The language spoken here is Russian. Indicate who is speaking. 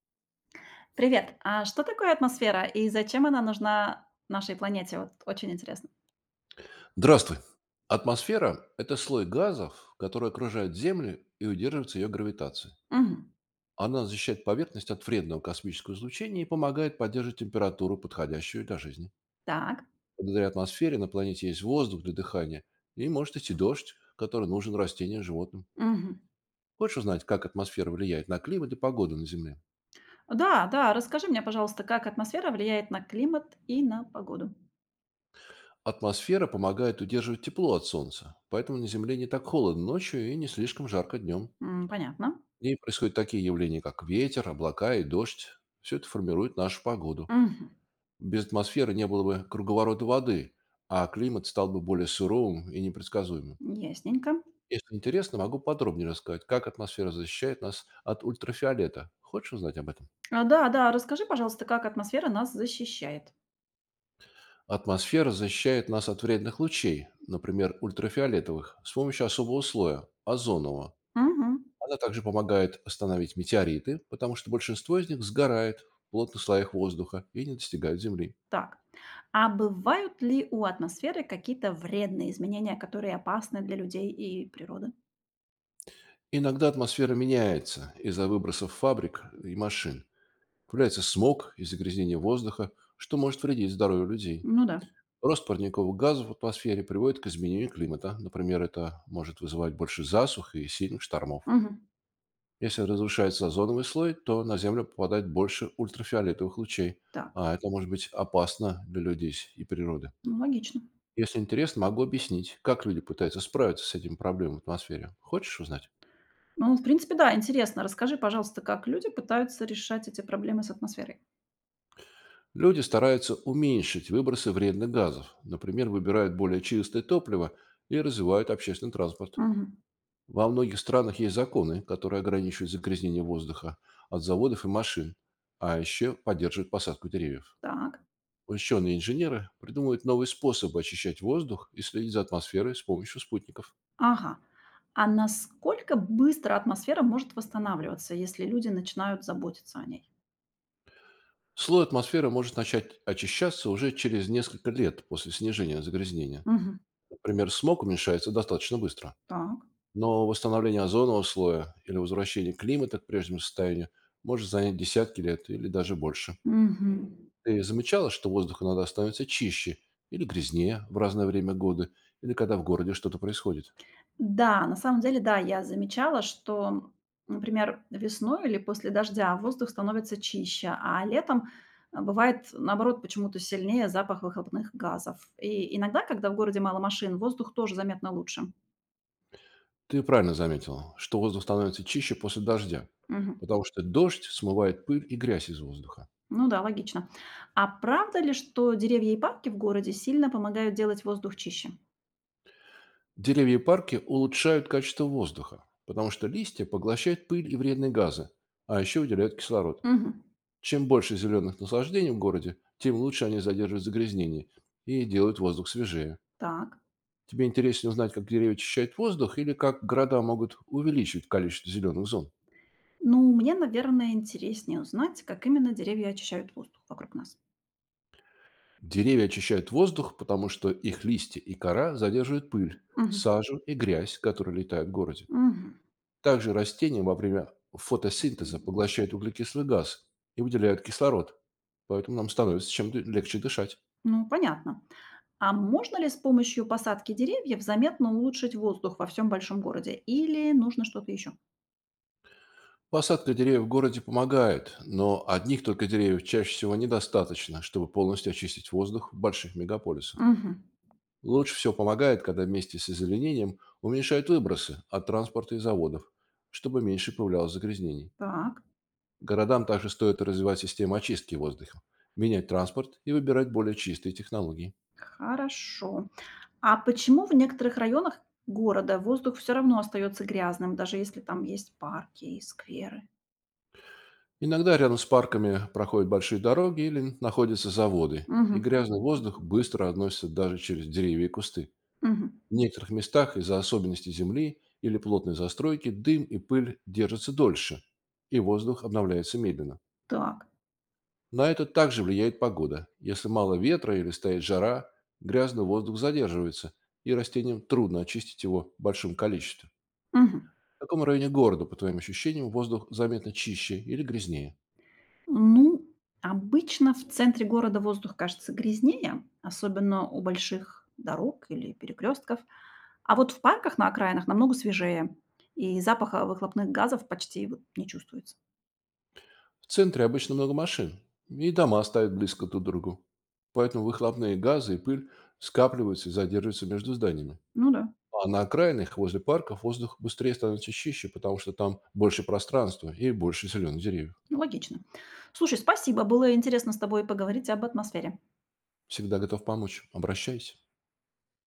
Speaker 1: Привет. А что такое атмосфера и зачем она нужна нашей планете? Вот очень интересно.
Speaker 2: Здравствуй. Атмосфера– это слой газов, который окружает Землю и удерживается ее гравитацией.
Speaker 1: Мгм.
Speaker 2: Она защищает поверхность от вредного космического излучения и помогает поддерживать температуру, подходящую для жизни.
Speaker 1: Так.
Speaker 2: Благодаря атмосфере на планете есть воздух для дыхания и может идти дождь, который нужен растениям и животным.
Speaker 1: Мгм.
Speaker 2: Хочешь узнать, как атмосфера влияет на климат и погоду на Земле?
Speaker 1: Да, да, расскажи мне, пожалуйста, как атмосфера влияет на климат и на погоду.
Speaker 2: Атмосфера помогает удерживать тепло от Солнца, поэтому на Земле не так холодно ночью и не слишком жарко днем.
Speaker 1: М, понятно.
Speaker 2: И происходят такие явления, как ветер, облака и дождь. Все это формирует нашу погоду.
Speaker 1: Мгм.
Speaker 2: Без атмосферы не было бы круговорота воды, а климат стал бы более суровым и непредсказуемым.
Speaker 1: Ясненько.
Speaker 2: Если интересно, могу подробнее рассказать, как атмосфера защищает нас от ультрафиолета. Хочешь узнать об этом?
Speaker 1: А, да, да, расскажи, пожалуйста, как атмосфера нас защищает.
Speaker 2: Атмосфера защищает нас от вредных лучей, например, ультрафиолетовых, с помощью особого слоя– озонового.
Speaker 1: Мгм.
Speaker 2: Она также помогает остановить метеориты, потому что большинство из них сгорает в плотных слоях воздуха и не достигают Земли.
Speaker 1: Так. А бывают ли у атмосферы какие-то вредные изменения, которые опасны для людей и природы?
Speaker 2: Иногда атмосфера меняется из-за выбросов фабрик и машин. Появляется смог и загрязнение воздуха, что может вредить здоровью людей.
Speaker 1: Ну да.
Speaker 2: Рост парниковых газов в атмосфере приводит к изменению климата. Например, это может вызывать больше засух и сильных штормов.
Speaker 1: Мгм.
Speaker 2: Если разрушается озоновый слой, то на Землю попадает больше ультрафиолетовых лучей,
Speaker 1: Так.
Speaker 2: а это может быть опасно для людей и природы.
Speaker 1: Ну, логично.
Speaker 2: Если интересно, могу объяснить, как люди пытаются справиться с этими проблемами в атмосфере. Хочешь узнать?
Speaker 1: Ну, в принципе, да, интересно. Расскажи, пожалуйста, как люди пытаются решать эти проблемы с атмосферой.
Speaker 2: Люди стараются уменьшить выбросы вредных газов, например, выбирают более чистое топливо и развивают общественный транспорт.
Speaker 1: Мгм.
Speaker 2: Во многих странах есть законы, которые ограничивают загрязнение воздуха от заводов и машин, а еще поддерживают посадку деревьев.
Speaker 1: Так,
Speaker 2: Ученые и инженеры придумывают новые способы очищать воздух и следить за атмосферой с помощью спутников.
Speaker 1: ага. А насколько быстро атмосфера может восстанавливаться, если люди начинают заботиться о ней?
Speaker 2: Слой атмосферы может начать очищаться уже через несколько лет после снижения загрязнения.
Speaker 1: Мгм.
Speaker 2: Например, смог уменьшается достаточно быстро.
Speaker 1: Так.
Speaker 2: Но восстановление озонового слоя или возвращение климата к прежнему состоянию может занять десятки лет или даже больше.
Speaker 1: Мгм.
Speaker 2: Ты замечала, что воздух иногда становится чище или грязнее в разное время года, или когда в городе что-то происходит?
Speaker 1: Да, на самом деле, да, я замечала, что, например, весной или после дождя воздух становится чище, а летом бывает, наоборот, почему-то сильнее запах выхлопных газов. И иногда, когда в городе мало машин, воздух тоже заметно лучше.
Speaker 2: Ты правильно заметила, что воздух становится чище после дождя,
Speaker 1: Мгм.
Speaker 2: потому что дождь смывает пыль и грязь из воздуха.
Speaker 1: Ну да, логично. А правда ли, что деревья и парки в городе сильно помогают делать воздух чище?
Speaker 2: Деревья и парки улучшают качество воздуха, потому что листья поглощают пыль и вредные газы, а еще выделяют кислород.
Speaker 1: Мгм.
Speaker 2: Чем больше зеленых наслаждений в городе, тем лучше они задерживают загрязнение и делают воздух свежее.
Speaker 1: Так.
Speaker 2: Тебе интереснее узнать, как деревья очищают воздух или как города могут увеличить количество зеленых зон?
Speaker 1: Ну, мне, наверное, интереснее узнать, как именно деревья очищают воздух вокруг нас.
Speaker 2: Деревья очищают воздух, потому что их листья и кора задерживают пыль,
Speaker 1: Мгм.
Speaker 2: сажу и грязь, которые летают в городе.
Speaker 1: Мгм.
Speaker 2: Также растения во время фотосинтеза поглощают углекислый газ и выделяют кислород, поэтому нам становится чем легче дышать.
Speaker 1: Ну, понятно. А можно ли с помощью посадки деревьев заметно улучшить воздух во всем большом городе? Или нужно что-то еще?
Speaker 2: Посадка деревьев в городе помогает, но одних только деревьев чаще всего недостаточно, чтобы полностью очистить воздух в больших мегаполисах.
Speaker 1: Мгм.
Speaker 2: Лучше всего помогает, когда вместе с озеленением уменьшают выбросы от транспорта и заводов, чтобы меньше появлялось загрязнений.
Speaker 1: Так,
Speaker 2: Городам также стоит развивать систему очистки воздуха, менять транспорт и выбирать более чистые технологии.
Speaker 1: хорошо. А почему в некоторых районах города воздух все равно остается грязным, даже если там есть парки и скверы?
Speaker 2: Иногда рядом с парками проходят большие дороги или находятся заводы, и
Speaker 1: Мгм,
Speaker 2: грязный воздух быстро относится даже через деревья и кусты.
Speaker 1: мгм.
Speaker 2: В некоторых местах из-за особенностей земли или плотной застройки дым и пыль держатся дольше, и воздух обновляется медленно.
Speaker 1: Так.
Speaker 2: На это также влияет погода. Если мало ветра или стоит жара, грязный воздух задерживается, и растениям трудно очистить его в большом количестве.
Speaker 1: Мгм.
Speaker 2: В каком районе города, по твоим ощущениям, воздух заметно чище или грязнее?
Speaker 1: Ну, обычно в центре города воздух кажется грязнее, особенно у больших дорог или перекрестков. А вот в парках на окраинах намного свежее, и запаха выхлопных газов почти вот не чувствуется.
Speaker 2: В центре обычно много машин, и дома ставят близко друг к другу. Поэтому выхлопные газы и пыль скапливаются и задерживаются между зданиями.
Speaker 1: Ну да,
Speaker 2: А на окраинах, возле парков, воздух быстрее становится чище, потому что там больше пространства и больше зеленых деревьев.
Speaker 1: логично. Слушай, спасибо, было интересно с тобой поговорить об атмосфере.
Speaker 2: Всегда готов помочь. Обращайся.